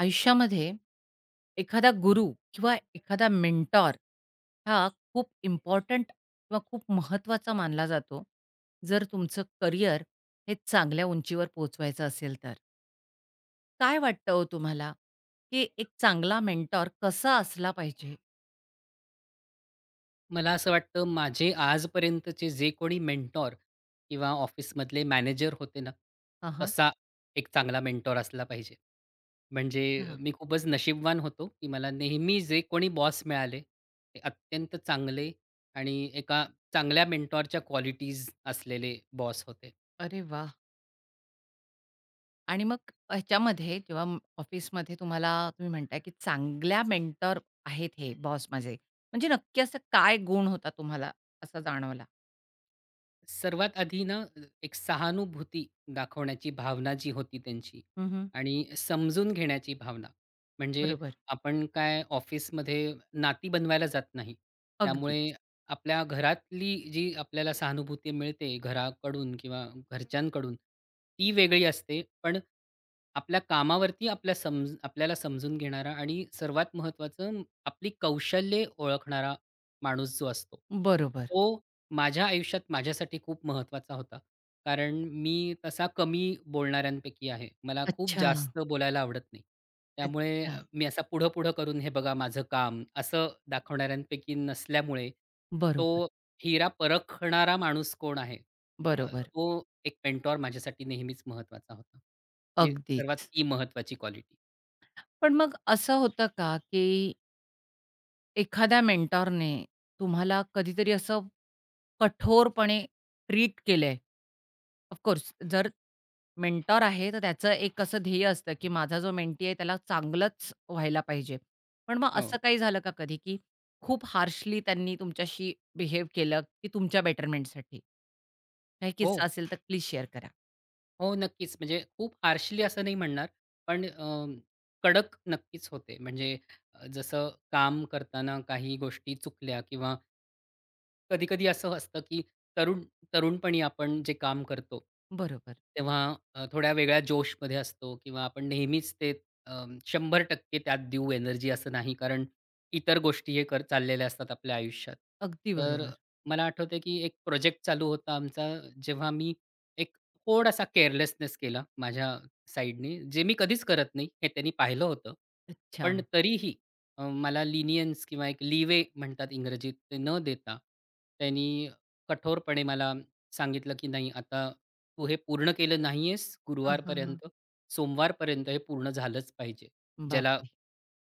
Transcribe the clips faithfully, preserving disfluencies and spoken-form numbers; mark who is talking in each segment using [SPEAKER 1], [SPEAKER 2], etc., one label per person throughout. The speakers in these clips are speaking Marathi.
[SPEAKER 1] आयुष्यामध्ये एखादा गुरु किंवा एखादा मेंटॉर हा खूप इम्पॉर्टंट किंवा खूप महत्त्वाचा मानला जातो, जर तुमचं करिअर हे चांगल्या उंचीवर पोहोचवायचं असेल तर. काय वाटतं हो तुम्हाला, की एक चांगला मेंटॉर कसा असला पाहिजे?
[SPEAKER 2] मला असं वाटतं माझे आजपर्यंतचे जे कोणी मेंटॉर किंवा ऑफिसमधले मॅनेजर होते ना,
[SPEAKER 1] हां, हां.
[SPEAKER 2] तसा एक चांगला मेंटॉर असला पाहिजे. म्हणजे मी खूपच नशीबवान होतो, की मला नेहमी जे कोणी बॉस मिळाले, ते अत्यंत चांगले आणि एका चांगल्या मेंटॉरच्या क्वालिटीज असलेले बॉस होते.
[SPEAKER 1] अरे वाह! आणि मग ह्याच्यामध्ये जेव्हा म- ऑफिसमध्ये तुम्हाला तुम्ही म्हणताय, की चांगल्या मेंटॉर आहेत हे बॉस माझे, म्हणजे नक्की असं काय गुण होता तुम्हाला असा जाणवला?
[SPEAKER 2] सर्वात आधी ना एक सहानुभूती दाखवण्याची भावना जी होती त्यांची आणि समजून घेण्याची भावना. म्हणजे
[SPEAKER 1] बरोबर.
[SPEAKER 2] आपण काय ऑफिसमध्ये नाती बनवायला जात नाही. त्यामुळे
[SPEAKER 1] अगदीच.
[SPEAKER 2] आपल्या घरातली जी आपल्याला सहानुभूती मिळते घराकडून किंवा घरच्यांकडून, ती वेगळी असते. पण आपल्या कामावरती आपल्या समज आपल्याला समजून घेणारा आणि सर्वात महत्त्वाचं आपली कौशल्ये ओळखणारा माणूस जो असतो,
[SPEAKER 1] बरोबर.
[SPEAKER 2] तो माझ्या आयुष्यात माझ्यासाठी खूप महत्त्वाचा होता. कारण मी तसा कमी बोलणाऱ्यांपैकी आहे. मला खूप
[SPEAKER 1] अच्छा.
[SPEAKER 2] जास्त बोलायला आवडत नाही. त्यामुळे
[SPEAKER 1] अच्छा.
[SPEAKER 2] अ, मी असा पुढं-पुढं करून हे बघा माझं काम असं दाखवणाऱ्यांपैकी नसल्यामुळे
[SPEAKER 1] बरोबर,
[SPEAKER 2] तो हिरा परखणारा माणूस कोण आहे, अ,
[SPEAKER 1] बरोबर.
[SPEAKER 2] तो एक मेंटॉर माझ्यासाठी नेहमीच महत्त्वाचा होता. ही सर्वात
[SPEAKER 1] अगदीच.
[SPEAKER 2] ती महत्त्वाची क्वालिटी.
[SPEAKER 1] पण मग असं होतं का, की एखाद्या मेंटॉरने तुम्हाला कधीतरी असं कठोरपणे ट्रीट केलंय? ऑफ कोर्स जर मेंटॉर आहे, तर त्याचं एक असं ध्येय असतं, की माझा जो मेंटी आहे त्याला चांगलंच व्हायला पाहिजे. पण मग असं
[SPEAKER 2] हो.
[SPEAKER 1] काही झालं का कधी, की खूप हार्शली त्यांनी तुमच्याशी बिहेव केलं, की तुमच्या बेटरमेंटसाठी? काही
[SPEAKER 2] हो.
[SPEAKER 1] किस्सा असेल तर प्लीज शेअर करा.
[SPEAKER 2] हो, नक्कीच. म्हणजे खूप हार्शली असं नाही म्हणणार, पण अ, कडक नक्कीच होते. म्हणजे अ, जसं काम करताना काही गोष्टी चुकल्या किंवा कधी-कधी असं असतं, की तरुण तरुणपणी आपण जे काम करतो,
[SPEAKER 1] बरोबर.
[SPEAKER 2] तेव्हा अ, थोड्या वेगळ्या जोशमध्ये असतो किंवा आपण नेहमीच ते अ, टक्के त्यात देऊ एनर्जी असं नाही, कारण इतर गोष्टी हे कर चाललेल्या असतात आपल्या आयुष्यात.
[SPEAKER 1] अगदी
[SPEAKER 2] तर
[SPEAKER 1] बरोबर.
[SPEAKER 2] मला आठवतंय, की एक प्रोजेक्ट चालू होता आमचा, जेव्हा मी एक थोडासा केअरलेसनेस केला माझ्या साइडनी, जे मी कधीच करत नाही हे त्यांनी पाहिलं होतं.
[SPEAKER 1] अच्छा.
[SPEAKER 2] पण तरीही अ, मला लिनियन्स किंवा एक लीवे म्हणतात इंग्रजीत ते न देता त्यांनी कठोरपणे मला सांगितलं, की "नाही आता तू हे पूर्ण केलं नाहीयेस
[SPEAKER 1] हां, हां, हां.
[SPEAKER 2] गुरुवारपर्यंत, सोमवारपर्यंत हे पूर्ण झालंच पाहिजे." ज्याला
[SPEAKER 1] बापरे!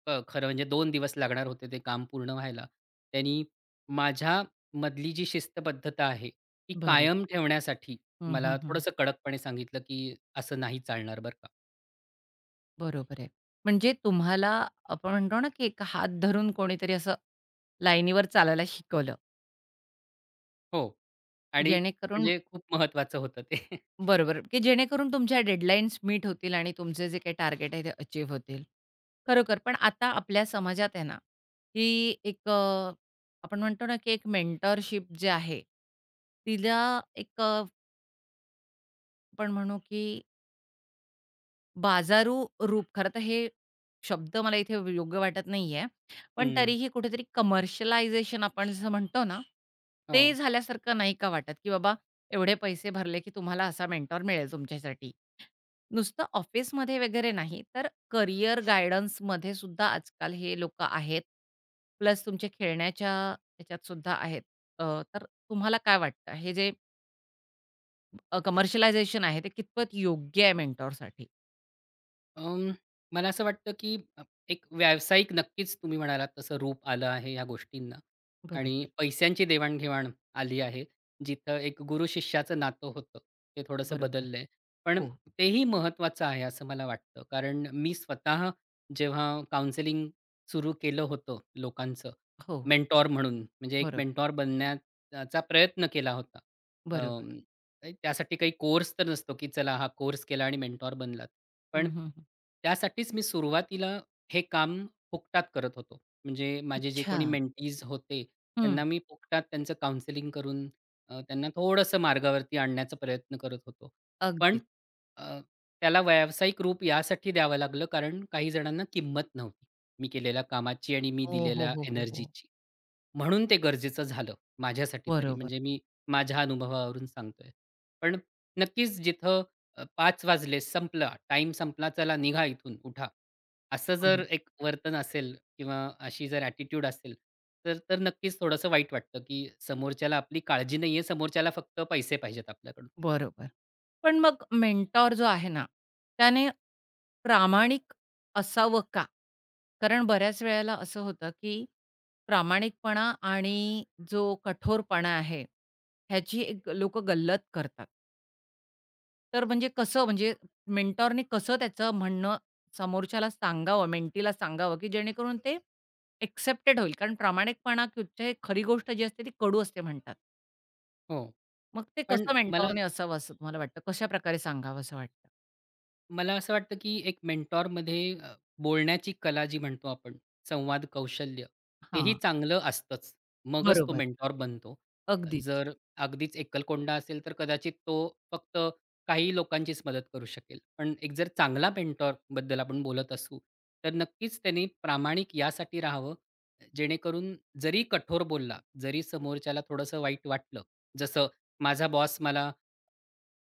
[SPEAKER 2] अ, खरं म्हणजे दोन दिवस लागणार होते ते काम पूर्ण व्हायला. त्यांनी माझ्यामधली जी शिस्तबद्धता आहे, ती
[SPEAKER 1] बरोबर.
[SPEAKER 2] कायम ठेवण्यासाठी
[SPEAKER 1] हं,
[SPEAKER 2] मला
[SPEAKER 1] हं, हं.
[SPEAKER 2] थोडंसं कडकपणे सांगितलं, की "असं नाही चालणार बरं का."
[SPEAKER 1] बरोबर आहे. म्हणजे तुम्हाला आपण म्हणतो ना, की एक हात धरून कोणीतरी असं लाईनीवर चालायला शिकवलं,
[SPEAKER 2] हो.
[SPEAKER 1] की
[SPEAKER 2] आणि
[SPEAKER 1] जेणेकरून
[SPEAKER 2] म्हणजे खूप महत्त्वाचं होतं ते.
[SPEAKER 1] बरोबर, की जेणेकरून तुमच्या डेडलाईन्स मीट होतील आणि तुमचे जे काही टार्गेट आहे ते अचीव्ह होतील. खरोखर. पण आता आपल्या समाजात आहे ना, की एक अ, आपण म्हणतो ना, की एक मेंटरशिप जे आहे, तिला एक अ, आपण म्हणू की बाजारू रूप खरं तर हे शब्द मला इथे योग्य वाटत नाहीये. पण
[SPEAKER 2] हं.
[SPEAKER 1] तरीही कुठेतरी कमर्शियलायझेशन आपण जसं म्हणतो ना, ते
[SPEAKER 2] हो.
[SPEAKER 1] झाल्यासारखं नाही का वाटत, की बाबा एवढे पैसे भरले, की तुम्हाला असा मेंटॉर मिळेल तुमच्यासाठी. नुसतं ऑफिसमध्ये वगैरे नाही, तर करियर गायडन्समध्ये सुद्धा आजकाल हे लोकं आहेत. प्लस तुमच्या खेळण्याच्या ह्याच्यात सुद्धा आहेत. अ, तर तुम्हाला काय वाटतं हे जे अ, आहे, ते कितपत योग्य आहे मेंटॉरसाठी?
[SPEAKER 2] अं, मला असं वाटतं की अ, एक व्यावसायिक नक्कीच तुम्ही म्हणालात तसं रूप आलं आहे या गोष्टींना आणि
[SPEAKER 1] बरोबर,
[SPEAKER 2] पैशांची देवाणघेवाण आली आहे. जिथं एक गुरु शिष्याचं नातं होतं, ते थोडंसं
[SPEAKER 1] बरोबर.
[SPEAKER 2] बदललंय. पण
[SPEAKER 1] हो,
[SPEAKER 2] तेही महत्त्वाचं आहे असं मला वाटतं. कारण मी स्वतः जेव्हा काउन्सेलिंग सुरू केलं होतं लोकांचं,
[SPEAKER 1] हो.
[SPEAKER 2] मेंटॉर म्हणून म्हणजे एक
[SPEAKER 1] बरोबर,
[SPEAKER 2] मेंटॉर बनण्याचा प्रयत्न केला होता.
[SPEAKER 1] बरोबर.
[SPEAKER 2] नाही, त्यासाठी काही कोर्स तर नसतो, की चला हा कोर्स केला आणि मेंटॉर बनलात.
[SPEAKER 1] हं,
[SPEAKER 2] पण
[SPEAKER 1] हं, हं.
[SPEAKER 2] त्यासाठीच मी सुरुवातीला हे काम फुकटात करत होतो. म्हणजे माझे जे
[SPEAKER 1] अच्छा.
[SPEAKER 2] कोणी मेंटीज होते,
[SPEAKER 1] हं.
[SPEAKER 2] त्यांना मी फुकटात त्यांचं काउन्सेलिंग करून अ, त्यांना थोडंसं मार्गावरती आणण्याचा प्रयत्न करत होतो. पण
[SPEAKER 1] अगदीच.
[SPEAKER 2] अ, त्याला व्यावसायिक रूप यासाठी द्यावं लागलं कारण काही जणांना किंमत नव्हती, मी केलेल्या कामाची आणि मी
[SPEAKER 1] हो, हो,
[SPEAKER 2] दिलेल्या
[SPEAKER 1] हो, हो, हो.
[SPEAKER 2] एनर्जीची. म्हणून ते गरजेचं झालं, माझ्यासाठी तरी.
[SPEAKER 1] बरोबर,
[SPEAKER 2] म्हणजे मी माझ्या अनुभवावरून सांगतोय. पण नक्कीच जिथं अ, पाच वाजले, संपला, टाइम संपला, चला निघा इथून, उठा. असं जर
[SPEAKER 1] बरो
[SPEAKER 2] एक वर्तन असेल किंवा अशी जर ॲटिट्यूड असेल, तर तर नक्कीच थोडंसं वाईट वाटतं, की समोरच्याला आपली काळजी नाहीये, समोरच्याला फक्त पैसे पाहिजेत आपल्याकडून.
[SPEAKER 1] बरोबर. पण मग मेंटॉर जो आहे ना, त्याने प्रामाणिक असावं का? कारण बऱ्याच वेळेला असं होतं, की प्रामाणिकपणा आणि जो कठोरपणा आहे, ह्याची एक लोकं गल्लत करतात. तर म्हणजे कसं म्हणजे मेंटॉरने कसं त्याचं म्हणणं समोरच्याला सांगावं, मेंटीला सांगावं, की जेणेकरून ते एक्सेप्टेड होईल. कारण प्रामाणिकपणा ची खरी गोष्ट जी असते ती कडू असते म्हणतात.
[SPEAKER 2] हो.
[SPEAKER 1] मग ते
[SPEAKER 2] पण
[SPEAKER 1] कसं
[SPEAKER 2] मला
[SPEAKER 1] मेंटॉरने असावं असं तुम्हाला वाटतं? कशाप्रकारे सांगावं असं वाटतं?
[SPEAKER 2] मला असं वाटतं की एक मेंटॉरमध्ये अ, बोलण्याची कला जी म्हणतो आपण, संवाद कौशल्य, तेही
[SPEAKER 1] हां,
[SPEAKER 2] चांगलं असतंच. मगच तो
[SPEAKER 1] बरोबर.
[SPEAKER 2] मेंटॉर बनतो.
[SPEAKER 1] अगदीच.
[SPEAKER 2] जर अगदीच एकलकोंडा असेल, तर कदाचित तो फक्त काही लोकांचीच मदत करू शकेल. पण एक जर चांगला मेंटॉरबद्दल आपण बोलत असू, तर नक्कीच त्याने प्रामाणिक यासाठी राहावं, जेणेकरून जरी कठोर बोलला, जरी समोरच्याला थोडंसं वाईट वाटलं, जसं माझा बॉस मला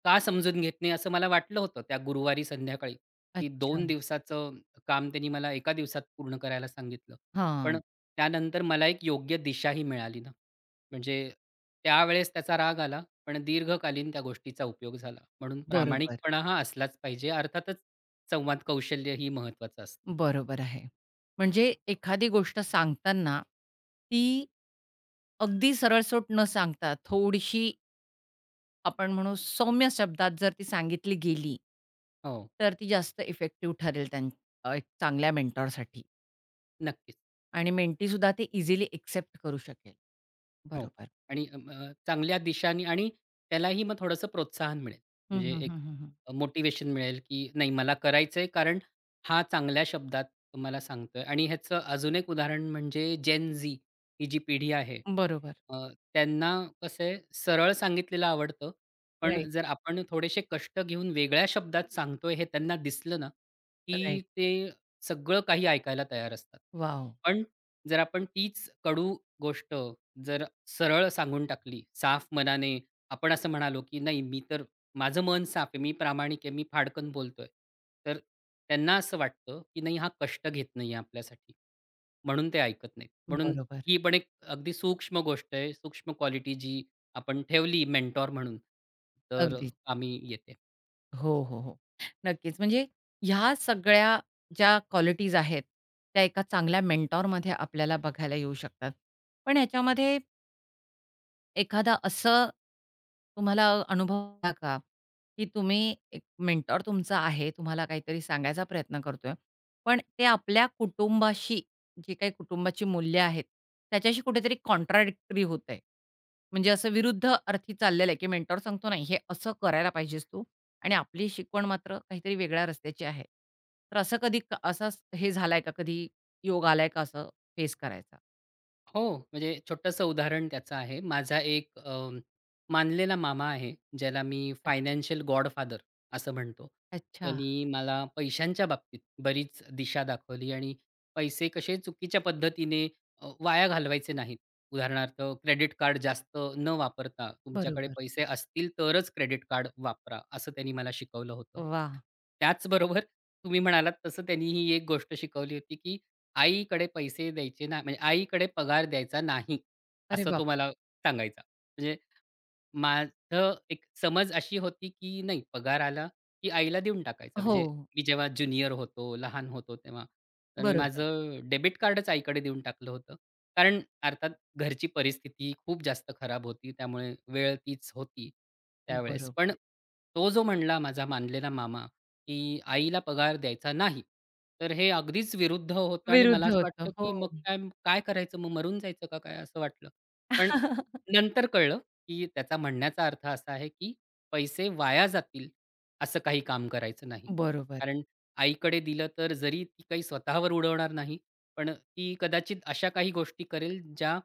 [SPEAKER 2] का समजून घेत नाही असं मला वाटलं होतं त्या गुरुवारी संध्याकाळी, की
[SPEAKER 1] अच्छा.
[SPEAKER 2] दोन दिवसाचं काम त्यांनी मला एका दिवसात पूर्ण करायला सांगितलं. पण
[SPEAKER 1] हां,
[SPEAKER 2] त्यानंतर मला एक योग्य दिशाही मिळाली ना. म्हणजे त्यावेळेस त्याचा राग आला, पण दीर्घकालीन त्या गोष्टीचा उपयोग झाला. म्हणून
[SPEAKER 1] बरोबर.
[SPEAKER 2] प्रामाणिकपणा हा असलाच पाहिजे. अर्थातच संवाद कौशल्य ही महत्त्वाचं असतं.
[SPEAKER 1] बरोबर आहे. म्हणजे एखादी गोष्ट सांगताना ती अगदी सरळसोट न सांगता थोडीशी आपण म्हणू सौम्य शब्दात जर ती सांगितली गेली,
[SPEAKER 2] हो,
[SPEAKER 1] तर ती जास्त इफेक्टिव्ह ठरेल त्यां अ, एक चांगल्या मेंटॉरसाठी
[SPEAKER 2] नक्कीच.
[SPEAKER 1] आणि मेंटीसुद्धा ते इझिली एक्सेप्ट करू शकेल.
[SPEAKER 2] हो.
[SPEAKER 1] बरोबर.
[SPEAKER 2] आणि अ, अ, चांगल्या दिशाने आणि त्यालाही मग थोडंसं प्रोत्साहन मिळेल.
[SPEAKER 1] हं,
[SPEAKER 2] म्हणजे
[SPEAKER 1] हं, हं,
[SPEAKER 2] एक
[SPEAKER 1] हं, हं.
[SPEAKER 2] मोटिवेशन मोटिव्हेशन मिळेल, की नाही मला करायचंय कारण हा चांगल्या शब्दात मला सांगतोय. आणि ह्याचं अजून एक उदाहरण म्हणजे जेन झी ही जी पिढी आहे,
[SPEAKER 1] बरोबर.
[SPEAKER 2] अ, त्यांना कसं आहे सरळ सांगितलेलं आवडतं. पण
[SPEAKER 1] राइट,
[SPEAKER 2] जर आपण थोडेसे कष्ट घेऊन वेगळ्या शब्दात सांगतोय हे त्यांना दिसलं ना,
[SPEAKER 1] राइट.
[SPEAKER 2] की ते सगळं काही ऐकायला तयार असतात.
[SPEAKER 1] वॉव!
[SPEAKER 2] पण जर आपण तीच कडू गोष्ट जर सरळ सांगून टाकली, साफ मनाने आपण असं म्हणालो, की "नाही, मी तर माझं मन साफ आहे, मी प्रामाणिक आहे, मी फाडकन बोलतोय." तर त्यांना असं वाटतं, की नाही हा कष्ट घेत नाहीये आपल्यासाठी, म्हणून ते ऐकत नाहीत. म्हणून
[SPEAKER 1] बरोबर.
[SPEAKER 2] ही पण एक अगदी सूक्ष्म गोष्ट आहे, सूक्ष्म क्वालिटी जी आपण ठेवली मेंटॉर म्हणून, तर
[SPEAKER 1] अगदी.
[SPEAKER 2] कामी येते.
[SPEAKER 1] हो, हो, हो. नक्कीच. म्हणजे ह्या सगळ्या ज्या क्वालिटीज आहेत, त्या एका चांगल्या मेंटॉरमध्ये आपल्याला बघायला येऊ शकतात. पण ह्याच्यामध्ये एखादा असं तुम्हाला अनुभव आला का, की तुम्ही एक मेंटॉर तुमचा आहे, तुम्हाला काहीतरी सांगायचा प्रयत्न करतोय, पण ते आपल्या कुटुंबाशी, जी काही कुटुंबाची मूल्य आहेत, त्याच्याशी कुठेतरी कॉन्ट्राडिक्टरी होतंय? म्हणजे असं विरुद्ध अर्थी चाललेलं आहे, की मेंटॉर सांगतो, "नाही, हे असं करायला पाहिजेस तू" आणि आपली शिकवण मात्र काहीतरी वेगळ्या रस्त्याची आहे. तर असं कधी क असा स- हे झालाय का? कधी योग आलाय का असं फेस करायचा?
[SPEAKER 2] हो, म्हणजे छोटंसं उदाहरण त्याचं आहे. माझा एक अ, मानलेला मामा आहे, ज्याला मी फायनान्शियल गॉडफादर असं म्हणतो.
[SPEAKER 1] अच्छा,
[SPEAKER 2] त्यांनी मला पैशांच्या बाबतीत बरीच दिशा दाखवली आणि पैसे कसे चुकीच्या पद्धतीने अ, वाया घालवायचे नाहीत. उदाहरणार्थ क्रेडिट कार्ड जास्त न वापरता तुमच्याकडे
[SPEAKER 1] बरोबर.
[SPEAKER 2] पैसे असतील तरच क्रेडिट कार्ड वापरा, असं त्यांनी मला शिकवलं होतं.
[SPEAKER 1] वाह!
[SPEAKER 2] त्याचबरोबर तुम्ही म्हणालात तसं त्यांनी ही एक गोष्ट शिकवली होती, की आईकडे पैसे द्यायचे ना म्हणजे आईकडे पगार द्यायचा नाही,
[SPEAKER 1] अरे
[SPEAKER 2] असं तो
[SPEAKER 1] बापरे!
[SPEAKER 2] मला सांगायचा. म्हणजे माझं एक समज अशी होती, की नाही पगार आला, की आईला देऊन टाकायचा. म्हणजे
[SPEAKER 1] हो,
[SPEAKER 2] मी जेव्हा ज्युनियर होतो, लहान होतो तेव्हा. तर मी
[SPEAKER 1] बरोबर,
[SPEAKER 2] माझं डेबिट कार्डच आईकडे देऊन टाकलं होतं. कारण अर्थात घरची परिस्थिती खूप जास्त खराब होती. त्यामुळे वेळ तीच होती त्यावेळेस.
[SPEAKER 1] बरोबर.
[SPEAKER 2] पण तो जो म्हणला माझा मानलेला मामा की आईला पगार द्यायचा नाही. तर हे अगदीच विरुद्ध होतं आणि
[SPEAKER 1] विरुद्ध
[SPEAKER 2] मला असं
[SPEAKER 1] होतं.
[SPEAKER 2] वाटलं,
[SPEAKER 1] हो.
[SPEAKER 2] की मग काय काय करायचं मग मरून जायचं का काय असं वाटलं. पण नंतर कळलं, की त्याचा म्हणण्याचा अर्थ असा आहे, की पैसे वाया जातील असं काही काम करायचं नाही.
[SPEAKER 1] बरोबर,
[SPEAKER 2] कारण आईकडे दिलं तर जरी ती काही स्वतःवर उडवणार नाही, पण ती कदाचित अशा काही गोष्टी करेल ज्या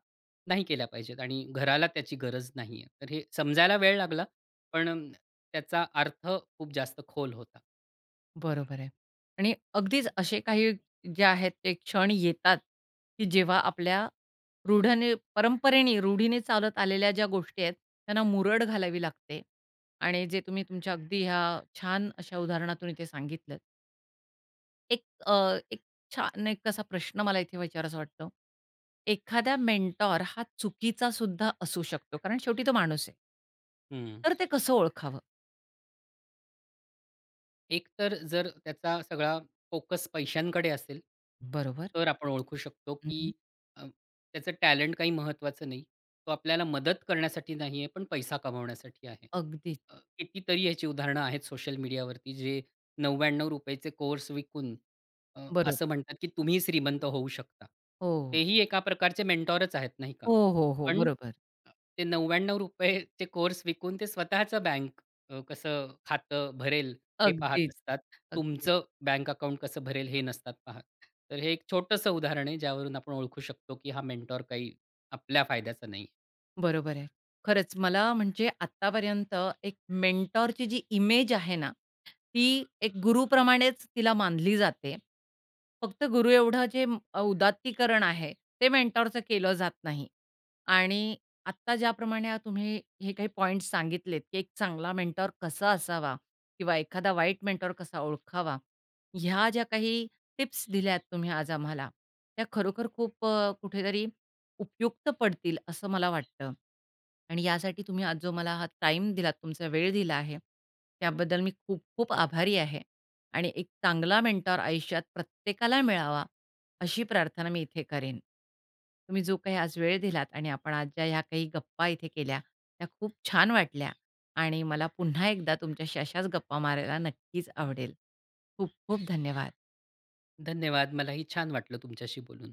[SPEAKER 2] नाही केल्या पाहिजेत आणि घराला त्याची गरज नाहीये. तर हे समजायला वेळ लागला, पण त्याचा अर्थ खूप जास्त खोल होता.
[SPEAKER 1] बरोबर आहे. आणि अगदीच असे काही जे आहेत ते क्षण येतात, की जेव्हा आपल्या रूढने परंपरेने, रूढीने चालत आलेल्या ज्या गोष्टी आहेत, त्यांना मुरड घालावी लागते आणि जे तुम्ही तुमच्या अगदी ह्या छान अशा उदाहरणातून इथे सांगितलंत. एक अ, एक छान एक असा प्रश्न मला इथे विचारावासा वाटतो. एखादा मेंटॉर हा चुकीचा सुद्धा असू शकतो, कारण शेवटी तो माणूस आहे.
[SPEAKER 2] हं.
[SPEAKER 1] तर ते कसं ओळखावं?
[SPEAKER 2] एक तर जर त्याचा सगळा फोकस पैशांकडे असेल,
[SPEAKER 1] बरोबर.
[SPEAKER 2] तर आपण ओळखू शकतो,
[SPEAKER 1] हं, हं.
[SPEAKER 2] की अ, त्याचं टॅलेंट काही महत्त्वाचं नाही. तो आपल्याला मदत करण्यासाठी नाही आहे, पण पैसा कमावण्यासाठी आहे.
[SPEAKER 1] अगदीच.
[SPEAKER 2] अ, कितीतरी याची उदाहरणं आहेत सोशल मीडियावरती, जे ₹नव्व्याण्णव चे कोर्स विकून अ, असं
[SPEAKER 1] बरोबर.
[SPEAKER 2] म्हणतात, की तुम्ही श्रीमंत होऊ शकता.
[SPEAKER 1] हो.
[SPEAKER 2] तेही एका प्रकारचे मेंटॉरच आहेत, नाही का?
[SPEAKER 1] हो, हो, हो.
[SPEAKER 2] पण
[SPEAKER 1] बरोबर.
[SPEAKER 2] ते ₹नव्व्याण्णव चे कोर्स विकून ते स्वतःचं बँक अ, कसं खातं भरेल हे पाहत
[SPEAKER 1] अगदीच.
[SPEAKER 2] असतात.
[SPEAKER 1] अगदीच.
[SPEAKER 2] तुमचं बँक अकाउंट कसं भरेल हे नसतात पाहत. तर हे एक छोटंसं उदाहरण आहे ज्यावरून आपण ओळखू शकतो, की हा मेंटॉर काही आपल्या फायद्याचा नाही.
[SPEAKER 1] बरोबर आहे. खरंच मला म्हणजे आत्तापर्यंत एक मेंटॉरची जी इमेज आहे ना, ती एक गुरुप्रमाणेच तिला मानली जाते. फक्त गुरु एवढं जे म- अ, उदात्तीकरण आहे, ते मेंटॉरचं केलं जात नाही. आणि आत्ता ज्याप्रमाणे आ तुम्ही हे काही पॉइंट्स सांगितलेत, की एक चांगला मेंटॉर कसा असावा किंवा एखादा वाईट मेंटॉर कसा ओळखावा, ह्या ज्या काही टिप्स दिल्यात तुम्ही आज आम्हाला, त्या खरोखर खूप अ, कुठेतरी उपयुक्त पडतील असं मला वाटतं. आणि यासाठी तुम्ही आज जो मला हा टाईम दिलात, तुमचा वेळ दिला आहे, त्याबद्दल मी खूप-खूप आभारी आहे. आणि एक चांगला मेंटॉर आयुष्यात प्रत्येकाला मिळावा, अशी प्रार्थना मी इथे करेन. तुम्ही जो काही आज वेळ दिलात आणि आपण आज ज्या ह्या काही गप्पा इथे केल्या, त्या खूप छान वाटल्या आणि मला पुन्हा एकदा तुमच्याशी अशाच गप्पा मारायला नक्कीच आवडेल. खूप-खूप धन्यवाद.
[SPEAKER 2] धन्यवाद. मलाही छान वाटलं तुमच्याशी बोलून.